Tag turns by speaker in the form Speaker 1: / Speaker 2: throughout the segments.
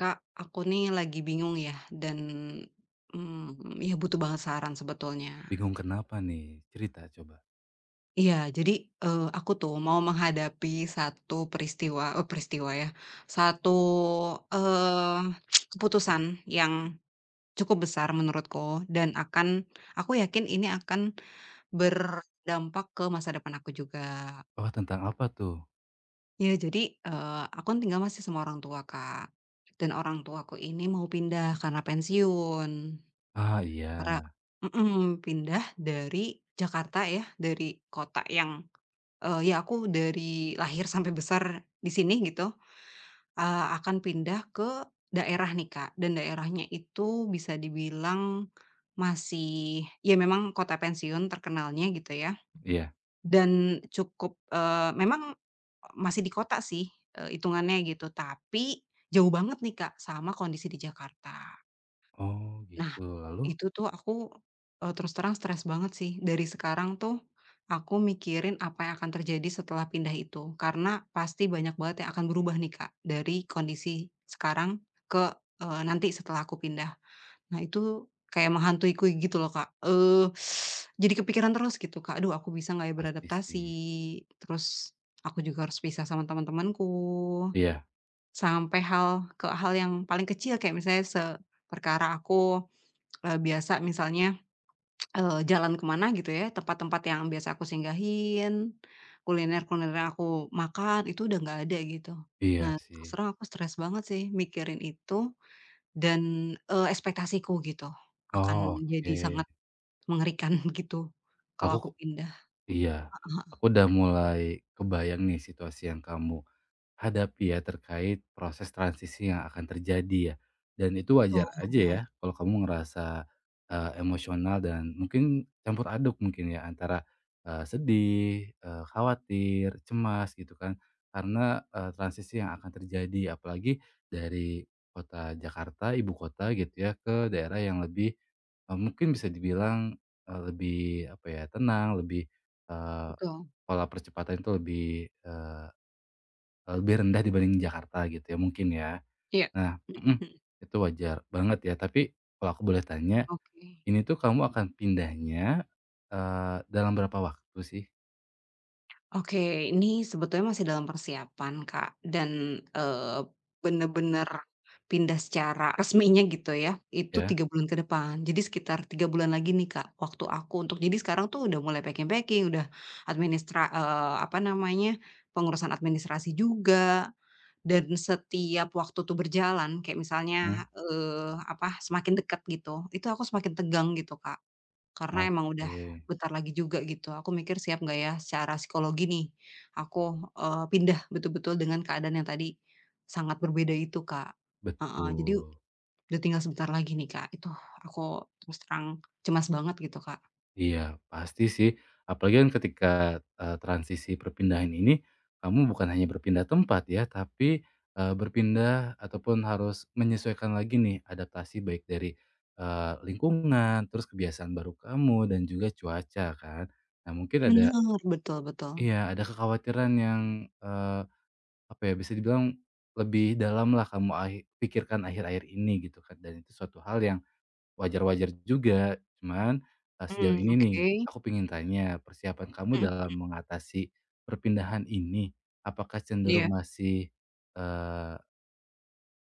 Speaker 1: Kak, aku nih lagi bingung ya dan, ya butuh banget saran sebetulnya.
Speaker 2: Bingung kenapa nih? Cerita coba.
Speaker 1: Iya, jadi, aku tuh mau menghadapi satu peristiwa peristiwa ya, satu, eee, keputusan yang cukup besar menurutku dan akan aku yakin ini akan berdampak ke masa depan aku juga.
Speaker 2: Oh tentang apa tuh?
Speaker 1: Ya jadi, aku kan tinggal masih sama orang tua, Kak, dan orang tuaku ini mau pindah karena pensiun.
Speaker 2: Ah
Speaker 1: Karena
Speaker 2: iya,
Speaker 1: mhm, pindah dari Jakarta ya, dari kota yang, ya aku dari lahir sampai besar di sini gitu, akan pindah ke daerah nih, Kak, dan daerahnya itu bisa dibilang masih ya memang kota pensiun terkenalnya gitu ya,
Speaker 2: iya.
Speaker 1: dan cukup, memang masih di kota sih, itungannya gitu, tapi jauh banget nih, Kak, sama kondisi di Jakarta.
Speaker 2: Oh
Speaker 1: Nah,
Speaker 2: gitu, lalu?
Speaker 1: itu tuh aku, terus terang stres banget sih. Dari sekarang tuh aku mikirin apa yang akan terjadi setelah pindah itu. Karena pasti banyak banget yang akan berubah nih, Kak, dari kondisi sekarang ke, nanti setelah aku pindah. Nah, itu kayak menghantuiku gitu loh, Kak. Jadi kepikiran terus gitu, Kak, "Aduh, aku bisa nggak ya
Speaker 2: Pasti sih.
Speaker 1: beradaptasi?" Terus aku juga harus pisah sama teman-temanku,
Speaker 2: Iya,
Speaker 1: sampai hal ke hal yang paling kecil kayak misalnya se perkara aku, biasa misalnya jalan ke mana gitu ya, tempat-tempat yang biasa aku singgahin, kuliner-kuliner yang aku makan, itu udah nggak ada gitu.
Speaker 2: iya
Speaker 1: Nah,
Speaker 2: sih.
Speaker 1: terus terang aku stres banget sih mikirin itu dan, ekspektasiku gitu, akan
Speaker 2: Oh
Speaker 1: jadi
Speaker 2: oke.
Speaker 1: sangat mengerikan gitu kalau aku
Speaker 2: Aku
Speaker 1: pindah.
Speaker 2: iya, aku udah mulai kebayang nih situasi yang kamu hadapi ya terkait proses transisi yang akan terjadi ya. Dan itu
Speaker 1: Betul,
Speaker 2: wajar aja ya kalau kamu ngerasa emosional dan mungkin campur aduk mungkin ya antara sedih, khawatir, cemas gitu kan. Karena transisi yang akan terjadi apalagi dari kota Jakarta, ibu kota gitu ya ke daerah yang lebih mungkin bisa dibilang lebih apa ya, tenang, lebih eh,
Speaker 1: betul.
Speaker 2: pola percepatan itu lebih rendah dibanding Jakarta gitu ya mungkin ya.
Speaker 1: Iya.
Speaker 2: Nah mhm,
Speaker 1: Mhm, mhm.
Speaker 2: itu wajar banget ya tapi kalau aku boleh tanya,
Speaker 1: Oke.
Speaker 2: ini tuh kamu akan pindahnya, dalam berapa waktu sih
Speaker 1: Oke, ini sebetulnya masih dalam persiapan, Kak, dan, bener-bener pindah secara resminya gitu ya, itu
Speaker 2: ya?
Speaker 1: 3 bulan ke depan. Jadi sekitar 3 bulan lagi nih, Kak, waktu aku untuk jadi sekarang tuh udah mulai packing-packing, udah apa namanya, pengurusan administrasi juga, dan setiap waktu tuh berjalan, kayak misalnya,
Speaker 2: Mhm,
Speaker 1: apa, semakin dekat gitu, itu aku semakin tegang gitu, Kak. Karena emang udah
Speaker 2: oke,
Speaker 1: bentar lagi juga gitu. Aku mikir siap nggak ya secara psikologi nih, aku, pindah betul-betul dengan keadaan yang tadi sangat berbeda itu, Kak. Heeh, jadi
Speaker 2: betul.
Speaker 1: udah tinggal sebentar lagi nih, Kak. Itu aku terus terang cemas banget gitu, Kak.
Speaker 2: Iya, pasti sih. Apalagi kan ketika, transisi perpindahan ini, kamu bukan hanya berpindah tempat ya, tapi, berpindah ataupun harus menyesuaikan lagi nih adaptasi baik dari, lingkungan, terus kebiasaan baru kamu dan juga cuaca kan. Nah mungkin ada,
Speaker 1: Bener, betul, betul.
Speaker 2: iya, ada kekhawatiran yang, eee, apa ya, bisa dibilang lebih dalam lah kamu ahi pikirkan akhir-akhir ini gitu kan, dan itu suatu hal yang wajar-wajar juga, cuman,
Speaker 1: Hmm,
Speaker 2: sejauh ini nih,
Speaker 1: oke.
Speaker 2: aku pengen tanya, persiapan kamu
Speaker 1: Mhm,
Speaker 2: dalam mengatasi perpindahan ini, apakah
Speaker 1: iya,
Speaker 2: cenderung masih, eee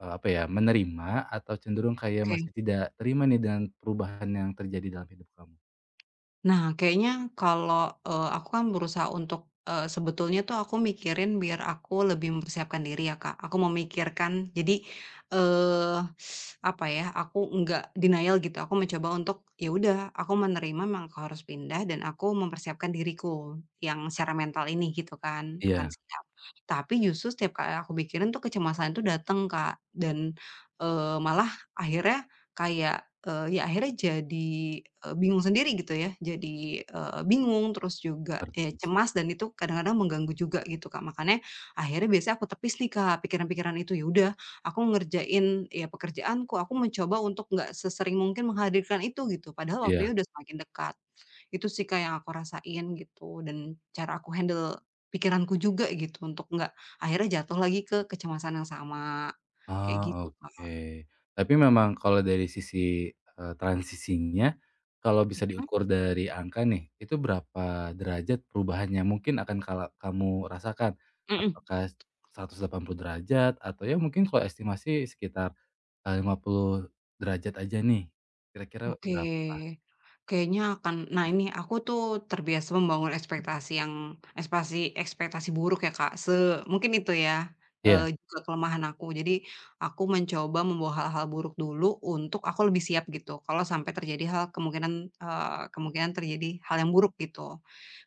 Speaker 2: eee, apa ya, menerima atau cenderung kayak
Speaker 1: oke.
Speaker 2: masih tidak terima nih dengan perubahan yang terjadi dalam hidup kamu?
Speaker 1: Nah, kayaknya kalau, aku kan berusaha untuk, sebetulnya tuh aku mikirin biar aku lebih mempersiapkan diri ya, Kak. Aku memikirkan jadi, eee, apa ya, aku nggak denial gitu, aku mencoba untuk, ya udah aku menerima memang aku harus pindah dan aku mempersiapkan diriku yang secara mental ini gitu kan, akan
Speaker 2: Iya,
Speaker 1: siap. Tapi justru setiap kali aku pikirin tuh kecemasan itu datang, Kak, dan, malah akhirnya kayak, ya akhirnya jadi, bingung sendiri gitu ya, jadi, bingung terus juga, ya
Speaker 2: ngerti sih.
Speaker 1: cemas dan itu kadang-kadang mengganggu juga gitu, Kak. Makanya akhirnya biasanya aku tepis nih, Kak, pikiran-pikiran itu. Ya udah, aku ngerjain, ya pekerjaanku, aku mencoba untuk nggak sesering mungkin menghadirkan itu gitu, padahal
Speaker 2: Iya.
Speaker 1: waktunya udah semakin dekat. Itu sih, Kak, yang aku rasain gitu dan cara aku handle pikiranku juga gitu untuk nggak akhirnya jatuh lagi ke kecemasan yang sama, kayak
Speaker 2: Ah
Speaker 1: gitu, Kak.
Speaker 2: oke. Tapi memang kalau dari sisi, transisinya, kalau bisa
Speaker 1: Mhm,
Speaker 2: diukur dari angka nih, itu berapa derajat perubahannya mungkin akan kala kamu rasakan?
Speaker 1: mhm.
Speaker 2: Apakah 180 derajat atau ya mungkin kalau estimasi sekitar, 50 derajat aja nih, kira-kira
Speaker 1: Oke,
Speaker 2: berapa?
Speaker 1: kayaknya akan, nah, ini aku tuh terbiasa membangun ekspektasi yang ekspasi ekspektasi buruk ya, Kak, se mungkin itu ya,
Speaker 2: Iya,
Speaker 1: juga kelemahan aku. Jadi aku mencoba membawa hal-hal buruk dulu untuk aku lebih siap gitu, kalau sampai terjadi hal kemungkinan terjadi hal yang buruk gitu.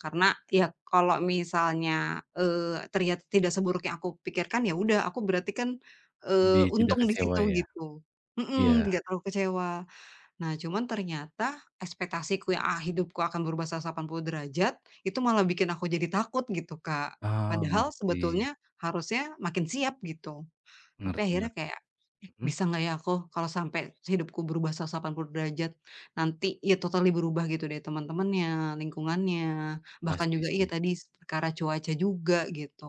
Speaker 1: Karena ya kalau misalnya, ternyata tidak seburuk yang aku pikirkan, ya udah aku berarti kan,
Speaker 2: lebih tidak
Speaker 1: untung di
Speaker 2: kecewa
Speaker 1: situ
Speaker 2: ya?
Speaker 1: gitu. Mhm, nggak
Speaker 2: Iya.
Speaker 1: terlalu kecewa. Nah, cuman ternyata ekspektasiku yang, "Ah, hidupku akan berubah 180 derajat," itu malah bikin aku jadi takut gitu, Kak.
Speaker 2: Ah
Speaker 1: Padahal
Speaker 2: ngerti.
Speaker 1: sebetulnya harusnya makin siap gitu. Tapi
Speaker 2: Ngerti,
Speaker 1: akhirnya
Speaker 2: ngerti.
Speaker 1: kayak, "Eh,
Speaker 2: Mhm,
Speaker 1: bisa nggak ya aku kalau sampai hidupku berubah 180 derajat, nanti ya totally berubah gitu deh teman-temannya, lingkungannya, bahkan
Speaker 2: pasti
Speaker 1: juga iya
Speaker 2: sih.
Speaker 1: tadi perkara cuaca juga," gitu.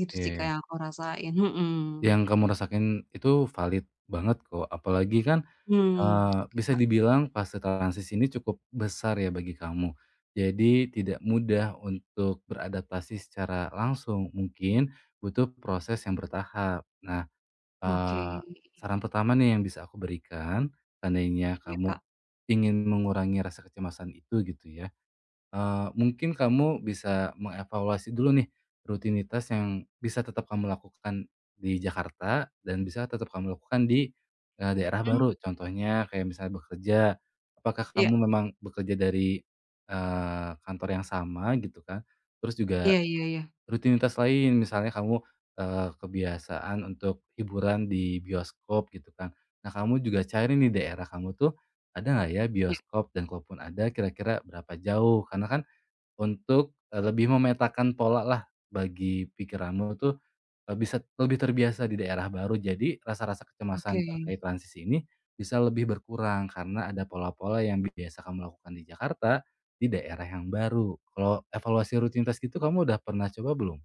Speaker 1: Gitu sih, Kak, yang aku rasain, mhm.
Speaker 2: Yang kamu rasain itu valid banget kok, apalagi kan,
Speaker 1: Hmm, oke,
Speaker 2: bisa
Speaker 1: Kak.
Speaker 2: dibilang fase transisi ini cukup besar ya bagi kamu. Jadi tidak mudah untuk beradaptasi secara langsung, mungkin butuh proses yang bertahap. Nah,
Speaker 1: Oke,
Speaker 2: eee, saran pertama nih yang bisa aku berikan, seandainya
Speaker 1: iya, Kak.
Speaker 2: kamu ingin mengurangi rasa kecemasan itu gitu ya, mungkin kamu bisa mengevaluasi dulu nih, rutinitas yang bisa tetap kamu lakukan di Jakarta dan bisa tetap kamu lakukan di, daerah
Speaker 1: Hmm,
Speaker 2: baru. Contohnya kayak misalnya bekerja, apakah
Speaker 1: iya.
Speaker 2: kamu memang bekerja dari, kantor yang sama gitu kan, terus
Speaker 1: Iya,
Speaker 2: juga
Speaker 1: iya, iya.
Speaker 2: rutinitas lain misalnya kamu, kebiasaan untuk hiburan di bioskop gitu kan. Nah kamu juga cari nih daerah kamu tuh, ada nggak ya
Speaker 1: Ya,
Speaker 2: bioskop dan kalaupun ada kira-kira berapa jauh? Karena kan untuk, lebih memetakan pola lah bagi pikiranmu tuh, bisa lebih terbiasa di daerah baru. Jadi rasa-rasa
Speaker 1: oke.
Speaker 2: kecemasan terkait transisi ini bisa lebih berkurang karena ada pola-pola yang biasa kamu lakukan di Jakarta, di daerah yang baru. Kalau evaluasi rutinitas gitu kamu udah pernah coba belum?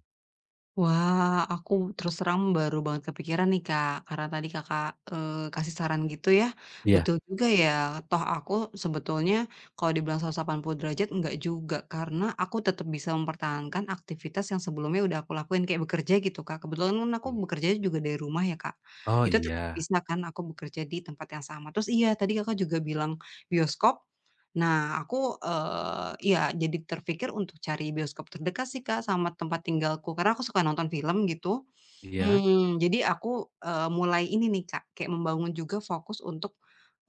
Speaker 1: Wah, aku terus terang baru banget kepikiran nih, Kak, karena tadi Kakak, kasih saran gitu ya.
Speaker 2: Iya.
Speaker 1: Betul juga ya, toh aku sebetulnya kalau dibilang 180 derajat enggak juga, karena aku tetap bisa mempertahankan aktivitas yang sebelumnya udah aku lakuin, kayak bekerja gitu, Kak. Kebetulan kan aku bekerja juga dari rumah ya, Kak.
Speaker 2: Oh
Speaker 1: Itu tetap
Speaker 2: iya,
Speaker 1: bisa kan aku bekerja di tempat yang sama. Terus iya, tadi Kakak juga bilang bioskop. Nah, aku, iya jadi terpikir untuk cari bioskop terdekat sih, Kak, sama tempat tinggalku, karena aku suka nonton film gitu.
Speaker 2: iya,
Speaker 1: Mmm, jadi aku, mulai ini nih, Kak, kayak membangun juga fokus untuk,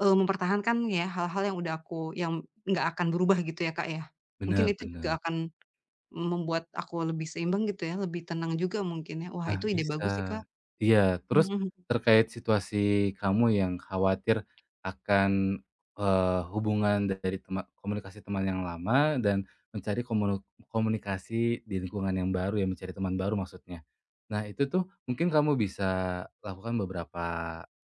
Speaker 1: mempertahankan ya hal-hal yang udah aku yang nggak akan berubah gitu ya, Kak, ya. Mungkin itu juga
Speaker 2: benar-benar.
Speaker 1: akan membuat aku lebih seimbang gitu ya, lebih tenang juga mungkin ya. Wah,
Speaker 2: Nah,
Speaker 1: itu ide
Speaker 2: bisa.
Speaker 1: bagus sih, Kak.
Speaker 2: Iya, terus
Speaker 1: Mhm, mhm.
Speaker 2: terkait situasi kamu yang khawatir akan, hubungan dari tema komunikasi teman yang lama dan mencari komunikasi di lingkungan yang baru ya, mencari teman baru maksudnya. Nah, itu tuh mungkin kamu bisa lakukan beberapa,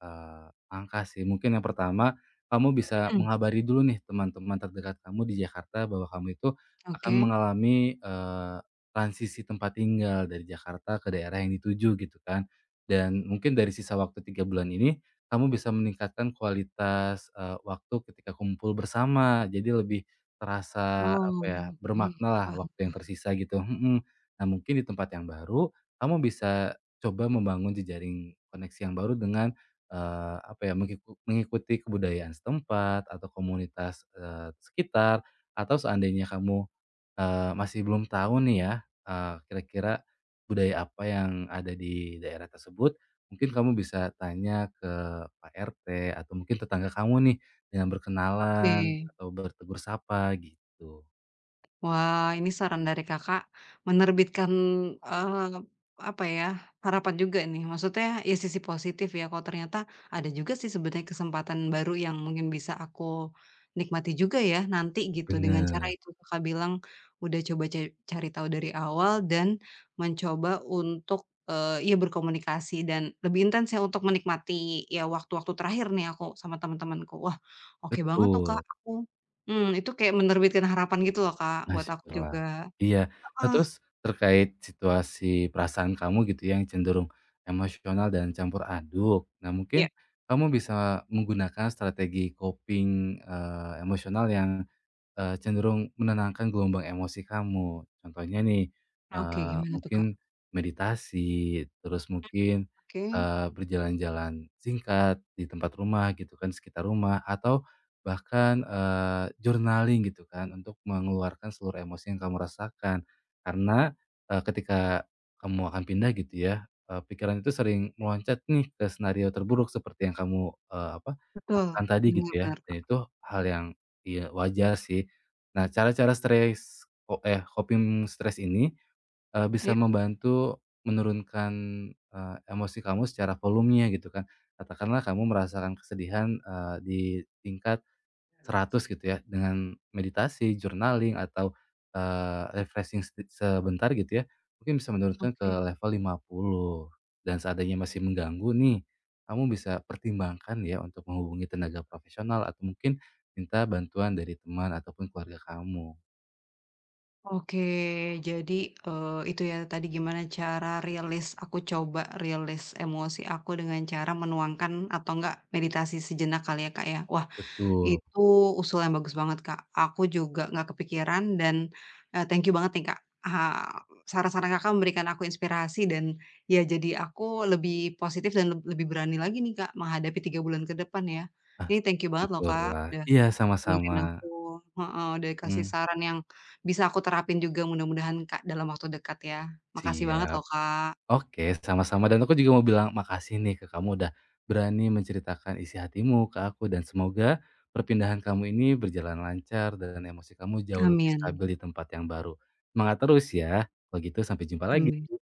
Speaker 2: eee, langkah sih. Mungkin yang pertama, kamu bisa mengabari dulu nih teman-teman terdekat kamu di Jakarta bahwa kamu itu akan
Speaker 1: Oke.
Speaker 2: mengalami, eh, transisi tempat tinggal dari Jakarta ke daerah yang dituju gitu kan. Dan mungkin dari sisa waktu 3 bulan ini, kamu bisa meningkatkan kualitas, waktu ketika kumpul bersama. Jadi lebih terasa,
Speaker 1: Oh,
Speaker 2: apa ya,
Speaker 1: oke.
Speaker 2: bermakna lah
Speaker 1: Paham,
Speaker 2: waktu yang
Speaker 1: paham.
Speaker 2: tersisa gitu, mhm. Nah mungkin di tempat yang baru, kamu bisa coba membangun jejaring koneksi yang baru dengan, apa ya, mengikuti kebudayaan setempat atau komunitas, sekitar, atau seandainya kamu masih belum tahu nih ya, kira-kira budaya apa yang ada di daerah tersebut. Mungkin kamu bisa tanya ke Pak RT atau mungkin tetangga kamu nih dengan
Speaker 1: Oke.
Speaker 2: berkenalan atau bertegur sapa gitu.
Speaker 1: Wah, ini saran dari Kakak menerbitkan, eee, apa ya, harapan juga nih. Maksudnya ya sisi positif ya, kalau ternyata ada juga sih sebenarnya kesempatan baru yang mungkin bisa aku nikmati juga ya nanti gitu, dengan cara
Speaker 2: Bener,
Speaker 1: itu Kakak bilang udah coba cari tahu dari awal dan mencoba untuk, ya berkomunikasi dan lebih intens ya untuk menikmati ya waktu-waktu terakhir nih aku sama teman-temanku. Wah, oke banget tuh, Kak,
Speaker 2: betul,
Speaker 1: aku. Itu kayak menerbitkan harapan gitu loh, Kak, buat aku juga.
Speaker 2: masyaAllah. Iya. Nah
Speaker 1: Heeh.
Speaker 2: terus terkait situasi perasaan kamu gitu ya, yang cenderung emosional dan campur aduk. Nah
Speaker 1: Iya.
Speaker 2: mungkin kamu bisa menggunakan strategi coping, emosional yang cenderung menenangkan gelombang emosi kamu. Contohnya nih,
Speaker 1: Oke, gimana tuh, Kak?
Speaker 2: mungkin meditasi, terus mungkin,
Speaker 1: Oke.
Speaker 2: berjalan-jalan singkat di tempat rumah gitu kan, sekitar rumah, atau bahkan, journaling gitu kan, untuk mengeluarkan seluruh emosi yang kamu rasakan. Karena, ketika kamu akan pindah gitu ya, pikiran itu sering meloncat nih ke senario terburuk seperti yang kamu, apa,
Speaker 1: Betul,
Speaker 2: lakukan tadi
Speaker 1: bener,
Speaker 2: gitu ya,
Speaker 1: bener,
Speaker 2: dan
Speaker 1: Kak.
Speaker 2: itu hal yang, iya, wajar sih. Nah, cara-cara coping stres ini, bisa
Speaker 1: Iya,
Speaker 2: membantu menurunkan, emosi kamu secara volumenya gitu kan. Katakanlah kamu merasakan kesedihan, di tingkat 100 gitu ya, dengan meditasi, journaling, atau, refreshing sebentar gitu ya, mungkin bisa menurunkan ke
Speaker 1: oke.
Speaker 2: level 50. Dan seandainya masih mengganggu nih, kamu bisa pertimbangkan ya untuk menghubungi tenaga profesional atau mungkin minta bantuan dari teman ataupun keluarga kamu.
Speaker 1: Oke, jadi, itu ya tadi gimana cara rilis, aku coba rilis emosi aku dengan cara menuangkan atau enggak meditasi sejenak kali ya, Kak, ya? Wah,
Speaker 2: Betul,
Speaker 1: itu usul yang bagus banget, Kak. Aku juga nggak kepikiran dan, thank you banget nih, Kak, eee, saran-saran Kakak memberikan aku inspirasi dan ya jadi aku lebih positif dan lebih berani lagi nih, Kak, menghadapi 3 bulan ke depan ya.
Speaker 2: pas,
Speaker 1: Ini thank you banget loh, Kak,
Speaker 2: syukurlah.
Speaker 1: udah
Speaker 2: Iya, sama-sama,
Speaker 1: dengerin aku, heeh, udah kasih
Speaker 2: mhm,
Speaker 1: saran yang bisa aku terapin juga mudah-mudahan, Kak, dalam waktu dekat ya. Makasih banget
Speaker 2: siap.
Speaker 1: loh, Kak.
Speaker 2: Oke, sama-sama dan aku juga mau bilang makasih nih ke kamu udah berani menceritakan isi hatimu ke aku dan semoga perpindahan kamu ini berjalan lancar dan emosi kamu jauh lebih
Speaker 1: Amin,
Speaker 2: stabil di tempat yang baru. Semangat terus ya, kalau gitu sampai jumpa
Speaker 1: amin.
Speaker 2: lagi.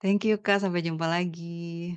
Speaker 1: Thank you, Kak, sampai jumpa lagi.